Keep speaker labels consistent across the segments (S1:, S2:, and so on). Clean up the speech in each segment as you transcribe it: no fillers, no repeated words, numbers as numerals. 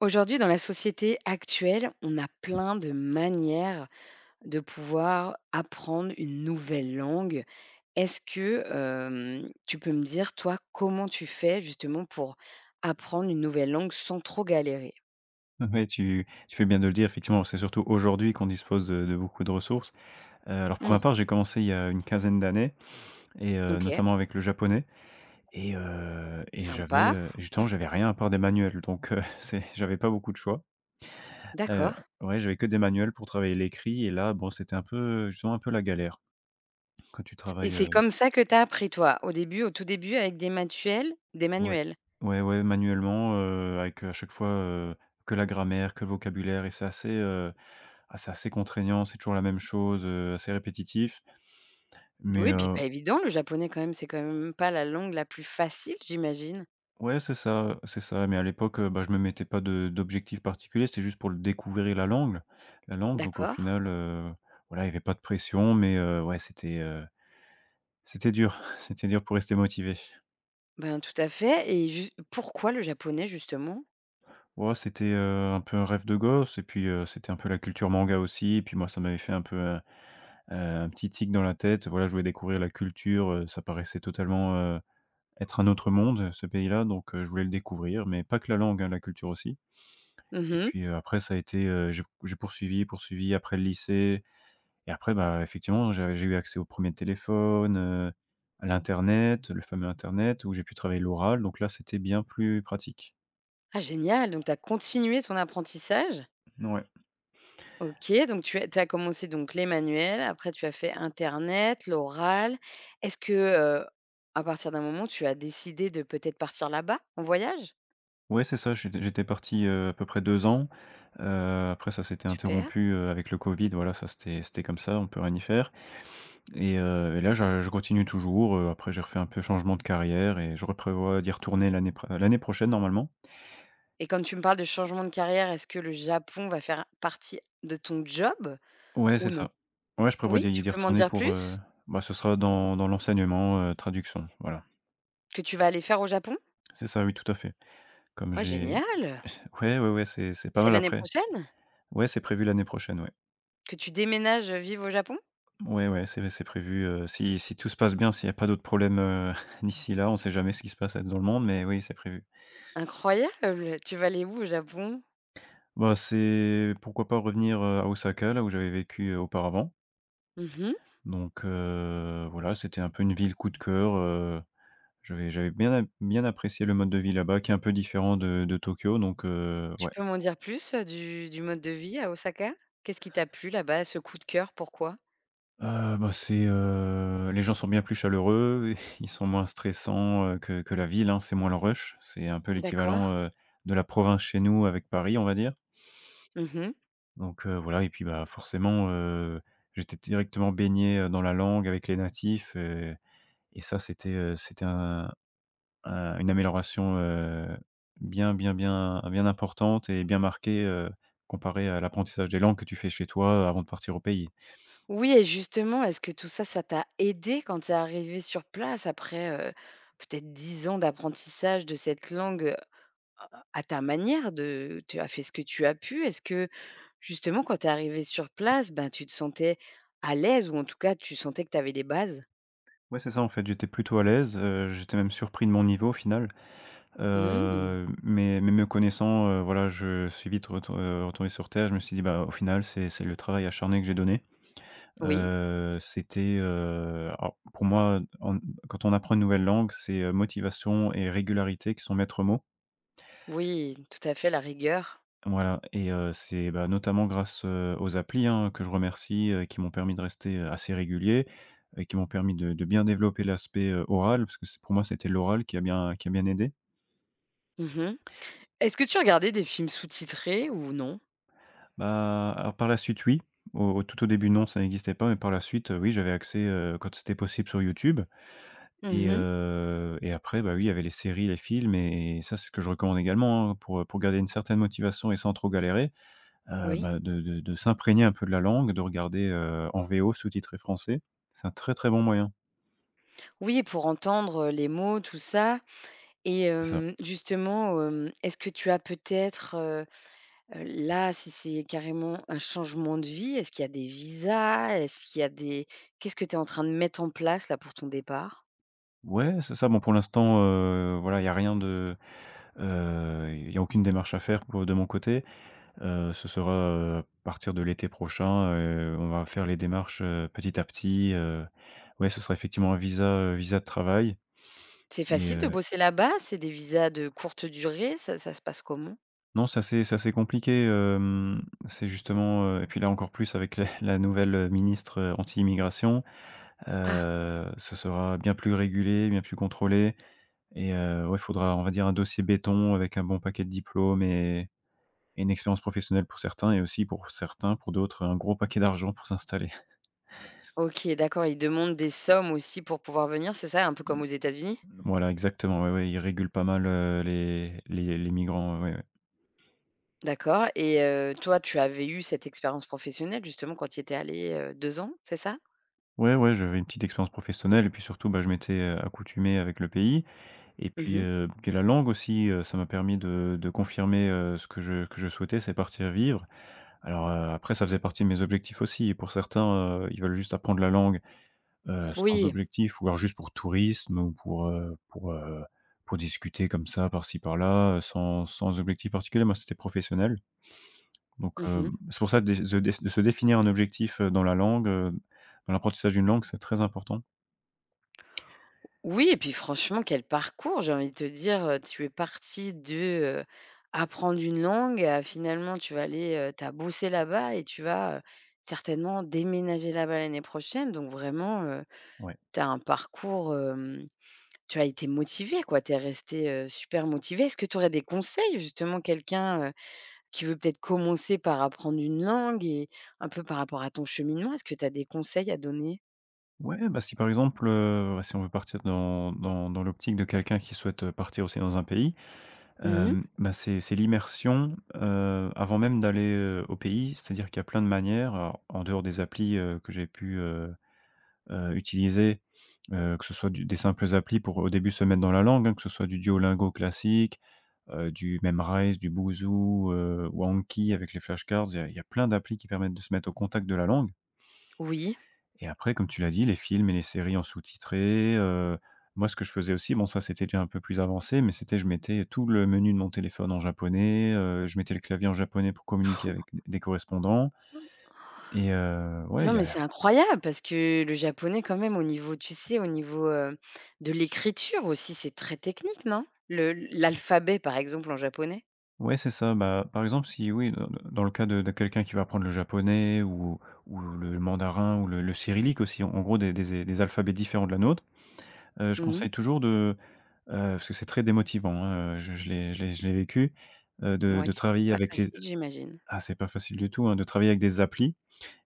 S1: Aujourd'hui, dans la société actuelle, on a plein de manières de pouvoir apprendre une nouvelle langue. Est-ce que, tu peux me dire, toi, comment tu fais justement pour apprendre une nouvelle langue sans trop galérer?
S2: Oui, tu fais bien de le dire, effectivement, c'est surtout aujourd'hui qu'on dispose de beaucoup de ressources. Alors pour ma
S1: Mmh,
S2: part, j'ai commencé il y a une quinzaine d'années et
S1: OK,
S2: notamment avec le japonais et j'avais,
S1: sympa,
S2: justement, j'avais rien à part des manuels donc c'est j'avais pas beaucoup de choix. Heu,
S1: d'accord.
S2: ouais, j'avais que des manuels pour travailler l'écrit et là, bon, c'était un peu, justement, un peu la galère. Quand tu
S1: Et
S2: travailles,
S1: c'est comme ça que tu as appris, toi? Au début, au tout début avec des manuels des
S2: ouais,
S1: manuels?
S2: ouais, manuellement, avec, à chaque fois, que la grammaire, que le vocabulaire et c'est assez, c'est assez contraignant, c'est toujours la même chose, assez répétitif. Mais
S1: Oui, puis
S2: heu,
S1: pas évident le japonais quand même, c'est quand même pas la langue la plus facile, j'imagine?
S2: ouais, c'est ça, mais à l'époque, bah, je me mettais pas de d'objectif particulier, c'était juste pour le découvrir la langue, donc au
S1: D'accord.
S2: final, voilà, il y avait pas de pression, mais ouais, c'était, c'était dur, c'était dur pour rester motivé.
S1: Ben, tout à fait et jus pourquoi le japonais justement?
S2: Ouais, c'était, un peu un rêve de gosse et puis, c'était un peu la culture manga aussi et puis moi, ça m'avait fait un peu un petit tic dans la tête. Voilà, je voulais découvrir la culture, ça paraissait totalement, être un autre monde, ce pays-là, donc je voulais le découvrir, mais pas que la langue, hein, la culture aussi. Et
S1: Mmh.
S2: puis, après ça a été, j'ai poursuivi après le lycée et après, bah, effectivement, j'ai eu accès au premier téléphone, à l'internet, le fameux internet où j'ai pu travailler l'oral, donc là, c'était bien plus pratique.
S1: Ah génial, donc tu as continué ton apprentissage?
S2: Ouais.
S1: OK, donc tu as commencé donc les manuels, après tu as fait internet, l'oral. Est-ce que, à partir d'un moment, tu as décidé de peut-être partir là-bas, en voyage?
S2: Ouais, c'est ça, j'étais parti, à peu près 2 ans. Après ça s'était
S1: Super.
S2: interrompu, avec le covid, voilà, ça c'était comme ça, on peut rien y faire et là je continue toujours, après j'ai refait un peu changement de carrière et je reprévois d'y retourner l'année prochaine normalement.
S1: Et quand tu me parles de changement de carrière, est-ce que le Japon va faire partie de ton job
S2: Ouais, c'est
S1: ou non?
S2: ça. Ouais, je prévois
S1: Oui,
S2: d'y
S1: tu
S2: d'y
S1: peux m'en
S2: retourner
S1: dire
S2: pour,
S1: plus?
S2: bah, ce sera dans l'enseignement, traduction, voilà.
S1: Que tu vas aller faire au Japon?
S2: C'est ça, oui, tout à fait. Comme
S1: Oh
S2: j'ai
S1: génial!
S2: ouais, ouais, ouais, c'est pas
S1: C'est
S2: mal
S1: l'année
S2: après.
S1: prochaine?
S2: Ouais, c'est prévu l'année prochaine, ouais.
S1: Que tu déménages, vivre au Japon?
S2: Ouais, ouais, c'est prévu, si tout se passe bien, s'il y a pas d'autres problèmes, d'ici là, on sait jamais ce qui se passe, dans le monde, mais oui, c'est prévu.
S1: Incroyable! Tu vas aller où au Japon?
S2: Bah, c'est pourquoi pas revenir, à Osaka, là où j'avais vécu, auparavant.
S1: Mmh.
S2: Donc voilà, c'était un peu une ville coup de cœur. Heu J'avais bien apprécié le mode de vie là-bas qui est un peu différent de Tokyo donc
S1: Tu
S2: ouais.
S1: peux m'en dire plus, du mode de vie à Osaka? Qu'est-ce qui t'a plu là-bas? Ce coup de cœur, pourquoi?
S2: Bah, c'est, les gens sont bien plus chaleureux, ils sont moins stressants, que la ville, hein. C'est moins le rush, c'est un peu
S1: D'accord.
S2: l'équivalent, de la province chez nous avec Paris, on va dire.
S1: Mmh.
S2: Donc voilà et puis, bah, forcément, j'étais directement baigné, dans la langue avec les natifs et ça c'était, c'était un une amélioration, bien, bien importante et bien marquée, comparée à l'apprentissage des langues que tu fais chez toi, avant de partir au pays.
S1: Oui et justement, est-ce que tout ça, ça t'a aidé quand t'es arrivé sur place après, peut-être 10 ans d'apprentissage de cette langue, à ta manière de tu as fait ce que tu as pu. Est-ce que justement quand t'es arrivé sur place, ben, tu te sentais à l'aise ou en tout cas tu sentais que t'avais avais les bases?
S2: Ouais, c'est ça, en fait, j'étais plutôt à l'aise, j'étais même surpris de mon niveau au final,
S1: Mmh.
S2: mais me connaissant, voilà, je suis vite retourné sur terre. Je me suis dit: «Bah, au final, c'est le travail acharné que j'ai donné».
S1: Oui.
S2: Alors pour moi, en quand on apprend une nouvelle langue, c'est, motivation et régularité qui sont maîtres mots.
S1: Oui, tout à fait, la rigueur.
S2: Voilà et c'est, bah, notamment grâce, aux applis, hein, que je remercie, qui m'ont permis de rester, assez régulier et qui m'ont permis de bien développer l'aspect, oral parce que c'est pour moi, c'était l'oral qui a bien aidé.
S1: Mmh. Est-ce que tu regardais des films sous-titrés ou non?
S2: Bah, alors par la suite, oui, tout au début, non, ça n'existait pas, mais par la suite, oui, j'avais accès, quand c'était possible sur YouTube et
S1: Mmh.
S2: après, bah, oui, il y avait les séries, les films et ça, c'est ce que je recommande également, hein, pour garder une certaine motivation et sans trop galérer. Heu,
S1: Oui.
S2: bah, de de de s'imprégner un peu de la langue, de regarder, en VO sous-titré français. C'est un très, très bon moyen.
S1: Oui, pour entendre les mots, tout ça. Et
S2: C'est ça.
S1: justement, est-ce que tu as peut-être, là, si c'est carrément un changement de vie, est-ce qu'il y a des visas? Est-ce qu'il y a des Qu'est-ce que tu es en train de mettre en place, là, pour ton départ?
S2: Ouais, c'est ça. Bon, pour l'instant, voilà, il y a rien de, il y a aucune démarche à faire pour de mon côté. Ce sera, à partir de l'été prochain, on va faire les démarches, petit à petit. Ouais ce sera effectivement un visa, visa de travail.
S1: C'est
S2: Mais,
S1: facile de
S2: heu,
S1: bosser là-bas? C'est des visas de courte durée? Ça se passe comment?
S2: non, ça c'est compliqué, hem, c'est justement, et puis là, encore plus avec la nouvelle ministre anti-immigration.
S1: Ah!
S2: Ça sera bien plus régulé, bien plus contrôlé et ouais, il faudra, on va dire, un dossier béton avec un bon paquet de diplômes et une expérience professionnelle pour certains et aussi pour certains, pour d'autres, un gros paquet d'argent pour s'installer.
S1: OK, d'accord, ils demandent des sommes aussi pour pouvoir venir, c'est ça? Un peu comme aux États-Unis?
S2: Voilà, exactement, ouais, ouais, ils régulent pas mal, les migrants, ouais, ouais.
S1: D'accord. Et toi, tu avais eu cette expérience professionnelle justement quand tu étais allé, 2 ans, c'est ça?
S2: Ouais, ouais, j'avais une petite expérience professionnelle et puis surtout, bah, je m'étais, accoutumé avec le pays et puis,
S1: Mmh.
S2: puis la langue aussi, ça m'a permis de confirmer, ce que je souhaitais, c'est partir vivre. Après ça faisait partie de mes objectifs aussi et pour certains, ils veulent juste apprendre la langue, sans
S1: Oui.
S2: objectif ou alors juste pour tourisme ou pour discuter comme ça par-ci par-là, sans objectif particulier. Moi, c'était professionnel donc hem,
S1: Mmh.
S2: c'est pour ça dé se de se définir un objectif, dans l'apprentissage d'une langue, c'est très important.
S1: Oui et puis franchement, quel parcours, j'ai envie de te dire, tu es parti de, heu, apprendre une langue à finalement tu vas aller, tu as bossé là-bas et tu vas, certainement déménager là-bas l'année prochaine donc vraiment,
S2: Ouais.
S1: tu as un parcours. Tu as été motivé, quoi, tu es restée, super motivé. Est-ce que tu aurais des conseils justement? Quelqu'un, qui veut peut-être commencer par apprendre une langue et un peu par rapport à ton cheminement, est-ce que tu as des conseils à donner?
S2: Ouais, bah, si par exemple, si on veut partir dans l'optique de quelqu'un qui souhaite, partir aussi dans un pays.
S1: Mmh.
S2: Hem, bah, c'est l'immersion, avant même d'aller, au pays. C'est-à-dire qu'il y a plein de manières, alors en dehors des applis, utiliser, que ce soit du des simples applis pour au début se mettre dans la langue, hein, que ce soit du Duolingo classique, du Memrise, du Boozoo, ou Anki avec les flashcards. Il y a plein d'applis qui permettent de se mettre au contact de la langue.
S1: Oui.
S2: Et après, comme tu l'as dit, les films et les séries en sous-titré, moi, ce que je faisais aussi, bon, ça, c'était déjà un peu plus avancé, mais c'était je mettais tout le menu de mon téléphone en japonais, je mettais le clavier en japonais pour communiquer avec d des correspondants et ouais,
S1: Non,
S2: il y
S1: mais
S2: a
S1: c'est incroyable parce que le japonais quand même au niveau tu sais, au niveau, de l'écriture aussi, c'est très technique, non? Le L'alphabet par exemple en japonais?
S2: ouais, c'est ça. Bah, par exemple, si oui, dans le cas de quelqu'un qui va apprendre le japonais ou le mandarin ou le cyrillique aussi, en gros, des alphabets différents de la nôtre, je
S1: Oui,
S2: conseille toujours de, parce que c'est très démotivant, hein, je l'ai vécu, de
S1: c'est
S2: travailler
S1: pas
S2: avec
S1: facile
S2: les.
S1: j'imagine.
S2: Ah, c'est pas facile du tout, hein, de travailler avec des applis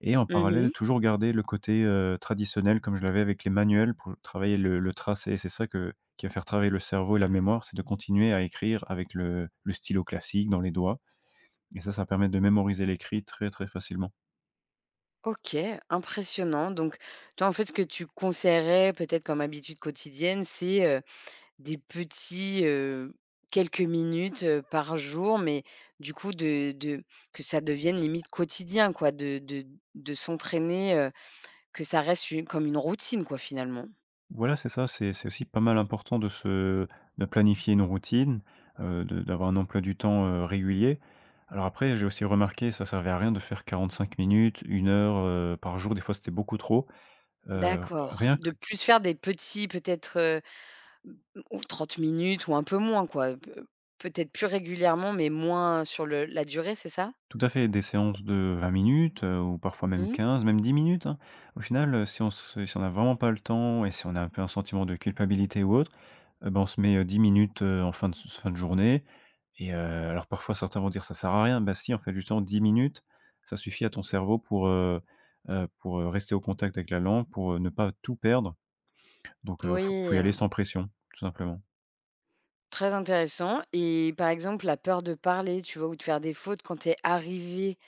S2: et en parallèle
S1: Mmh.
S2: toujours garder le côté, traditionnel comme je l'avais avec les manuels pour travailler le tracé. C'est ça que qui va faire travailler le cerveau et la mémoire, c'est de continuer à écrire avec le stylo classique dans les doigts et ça permet de mémoriser l'écrit très, très facilement.
S1: OK, impressionnant. Donc, toi, en fait, ce que tu conseillerais peut-être comme habitude quotidienne, c'est, des petits, quelques minutes, par jour, mais du coup de que ça devienne limite quotidien quoi, de s'entraîner, que ça reste une comme une routine quoi, finalement?
S2: Voilà, c'est ça, c'est aussi pas mal important de se de planifier une routine, de d'avoir un emploi du temps, régulier. Alors après, j'ai aussi remarqué, ça servait à rien de faire 45 minutes, une heure, par jour. Des fois, c'était beaucoup trop. Heu,
S1: D'accord,
S2: rien que
S1: de plus faire des petits peut-être, ou 30 minutes ou un peu moins quoi, peut-être plus régulièrement mais moins sur le la durée, c'est ça?
S2: tout à fait, des séances de 20 minutes, ou parfois même
S1: Mmh.
S2: 15 même 10 minutes, hein. Au final, si on se si on a vraiment pas le temps et si on a un peu un sentiment de culpabilité ou autre, ben, on se met, 10 minutes, en fin de s fin de journée et alors parfois certains vont dire: «Ça sert à rien». Bah si, en fait, justement 10 minutes, ça suffit à ton cerveau pour, rester au contact avec la langue, pour ne pas tout perdre. Donc faut y
S1: Oui.
S2: aller sans pression, tout simplement.
S1: Très intéressant. Et par exemple, la peur de parler, tu vois, ou de faire des fautes quand tu es arrivée,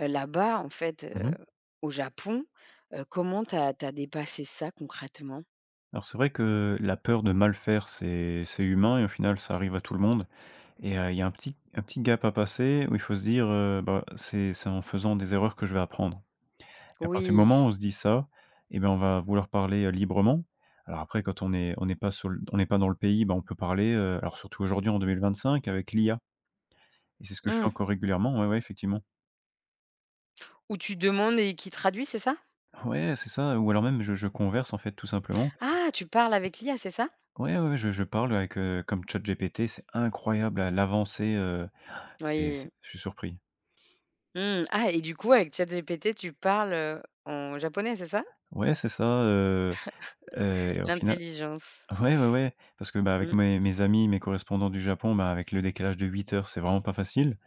S1: là-bas, en fait,
S2: Mmh mh.
S1: au Japon, comment tu as dépassé ça concrètement?
S2: Alors c'est vrai que la peur de mal faire, c'est humain et au final, ça arrive à tout le monde. Et il y a un petit gap à passer où il faut se dire, c'est en faisant des erreurs que je vais apprendre. Et à partir du
S1: Oui,
S2: moment où on se dit ça, et ben, on va vouloir parler, librement. Alors après quand on n'est pas sur le on n'est pas dans le pays, bah, on peut parler, alors surtout aujourd'hui en 2025 avec l'IA, et c'est ce que je fais
S1: mmh,
S2: encore régulièrement, ouais, ouais, effectivement.
S1: où tu demandes et qui traduit, c'est ça?
S2: Ouais, c'est ça, ou alors même je converse en fait tout simplement.
S1: Ah, tu parles avec l'IA, c'est ça?
S2: Ouais, ouais, ouais, je parle avec, comme ChatGPT, c'est incroyable à l'avancée,
S1: Oui,
S2: c'est je suis surpris.
S1: mmh, ah et du coup, avec ChatGPT, tu parles, en japonais, c'est ça?
S2: Ouais, c'est ça, et au final,
S1: L'intelligence,
S2: ouais, ouais, ouais, parce que, bah, avec
S1: mmh,
S2: mes amis, mes correspondants du Japon, bah, avec le décalage de 8 heures, c'est vraiment pas facile.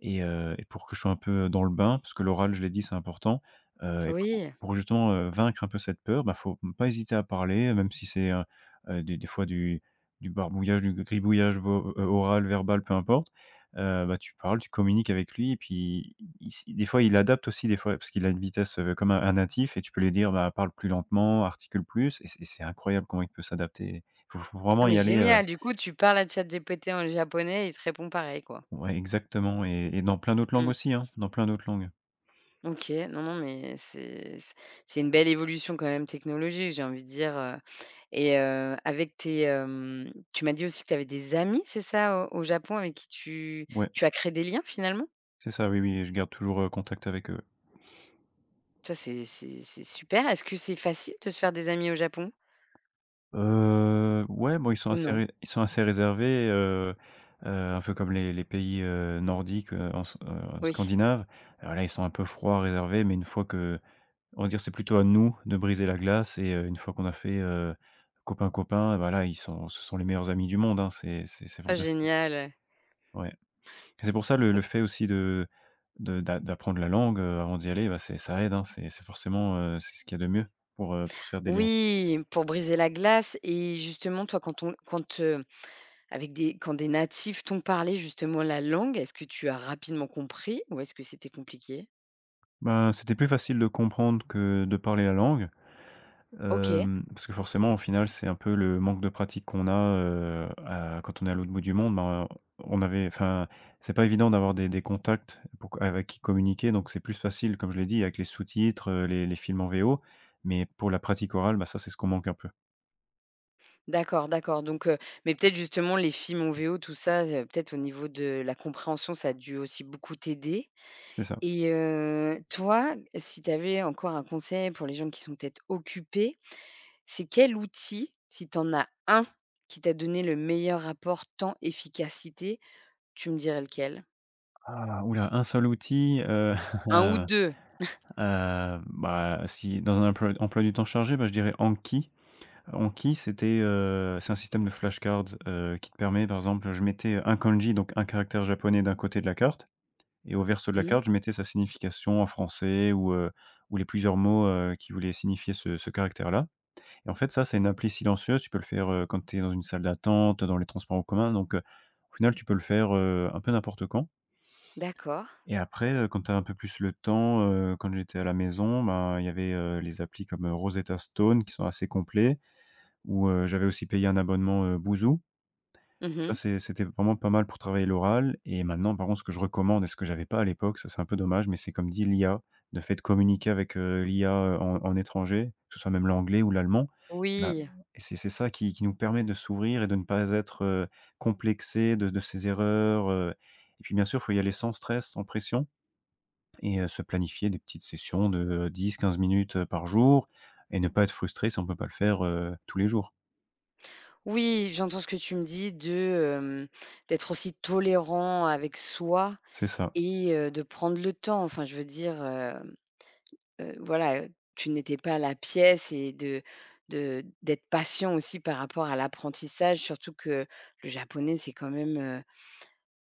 S2: Et et pour que je sois un peu dans le bain, parce que l'oral, je l'ai dit, c'est important, et pour
S1: oui.
S2: pour justement, vaincre un peu cette peur, bah, faut pas hésiter à parler, même si c'est, des fois du barbouillage, du gribouillage vo oral, verbal, peu importe. Tu parles, tu communiques avec lui, et puis il s des fois, il adapte aussi des fois parce qu'il a une vitesse, comme un natif, et tu peux lui dire: «Bah, parle plus lentement, articule plus», et c'est incroyable comment il peut s'adapter. Il faut vraiment
S1: Ah
S2: y
S1: mais
S2: aller,
S1: génial, du coup, tu parles à ChatGPT en japonais et il te répond pareil, quoi?
S2: ouais, exactement, et dans plein d'autres langues
S1: Mmh.
S2: aussi, hein, dans plein d'autres langues.
S1: OK, non, non, mais c'est une belle évolution quand même technologique, j'ai envie de dire, et avec tu m'as dit aussi que tu avais des amis, c'est ça, au au Japon avec qui tu
S2: Ouais.
S1: tu as créé des liens finalement?
S2: C'est ça, oui, oui, je garde toujours, contact avec eux.
S1: Ça, c'est super. Est-ce que c'est facile de se faire des amis au Japon
S2: Ouais, bon,
S1: ou non?
S2: ils sont assez réservés, heu, un peu comme les pays, nordiques, en s
S1: Oui.
S2: scandinaves. Alors là, ils sont un peu froids, réservés, mais une fois que, on va dire, c'est plutôt à nous de briser la glace, et une fois qu'on a fait, copain, copain, voilà, ils sont ce sont les meilleurs amis du monde, hein, c'est
S1: Ah
S2: fantastique.
S1: génial.
S2: Ouais. Et c'est pour ça, le fait aussi de d'apprendre la langue, avant d'y aller, bah, c'est ça aide, hein, c'est forcément, c'est ce qu'il y a de mieux pour se faire des liens.
S1: Oui, pour briser la glace. Et justement toi quand on avec des natifs t'ont parlé justement la langue, est-ce que tu as rapidement compris ou est-ce que c'était compliqué?
S2: Ben, c'était plus facile de comprendre que de parler la langue,
S1: OK.
S2: parce que forcément, au final, c'est un peu le manque de pratique qu'on a, à quand on est à l'autre bout du monde, ben, on avait enfin, c'est pas évident d'avoir des contacts pour avec qui communiquer, donc c'est plus facile, comme je l'ai dit, avec les sous-titres, les films en VO, mais pour la pratique orale, ben, ça, c'est ce qu'on manque un peu.
S1: D'accord, d'accord. Donc, mais peut-être justement les films en VO, tout ça, peut-être au niveau de la compréhension, ça a dû aussi beaucoup t'aider.
S2: C'est ça.
S1: Et toi, si tu avais encore un conseil pour les gens qui sont peut-être occupés, c'est quel outil, si tu en as un, qui t'a donné le meilleur rapport temps-efficacité, tu me dirais lequel?
S2: Ah, ouh là, un seul outil,
S1: Un ou
S2: heu,
S1: deux.
S2: bah, si dans un emploi du temps chargé, bah, je dirais Anki. Anki, c'est un système de flashcards, qui te permet, par exemple, je mettais un kanji, donc un caractère japonais, d'un côté de la carte, et au verso de la
S1: Mmh,
S2: carte, je mettais sa signification en français, ou les plusieurs mots, qui voulaient signifier ce caractère-là. Et en fait, ça, c'est une appli silencieuse. Tu peux le faire, quand tu es dans une salle d'attente, dans les transports en commun. Donc, au final, tu peux le faire, un peu n'importe quand.
S1: d'accord.
S2: Et après, quand tu as un peu plus le temps, quand j'étais à la maison, ben, il y avait, les applis comme, Rosetta Stone, qui sont assez complets, ou, j'avais aussi payé un abonnement, Boozoo. Ça,
S1: Mmh.
S2: c'était vraiment pas mal pour travailler l'oral. Et maintenant, par contre, ce que je recommande et ce que j'avais pas à l'époque, ça, c'est un peu dommage, mais c'est comme dit l'IA, le fait de communiquer avec, l'IA, en étranger, que ce soit même l'anglais ou l'allemand, et ben,
S1: Oui,
S2: c'est ça qui nous permet de s'ouvrir et de ne pas être, complexés de ses erreurs, et puis, bien sûr, il faut y aller sans stress, sans pression, et se planifier des petites sessions de 10 15 minutes, par jour, et ne pas être frustré si on peut pas le faire, tous les jours.
S1: oui, j'entends ce que tu me dis de, d'être aussi tolérant avec soi.
S2: C'est ça.
S1: Et de prendre le temps, enfin je veux dire, voilà, tu n'étais pas à la pièce et de d'être patient aussi par rapport à l'apprentissage, surtout que le japonais, c'est quand même,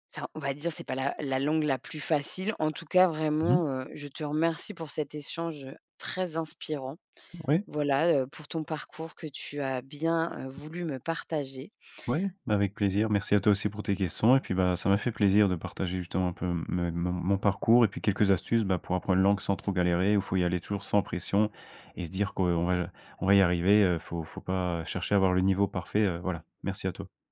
S1: ça on va dire, c'est pas la langue la plus facile. En tout cas,
S2: Mmh mh.
S1: vraiment, je te remercie pour cet échange, très inspirant.
S2: Ouais,
S1: Voilà, pour ton parcours que tu as bien, voulu me partager.
S2: ouais, bah, avec plaisir. Merci à toi aussi pour tes questions, et puis, bah, ça m'a fait plaisir de partager justement un peu me mon mon parcours, et puis quelques astuces, bah, pour apprendre une langue sans trop galérer, où faut y aller toujours sans pression, et se dire qu' on va y arriver, faut pas chercher à avoir le niveau parfait, voilà. Merci à toi.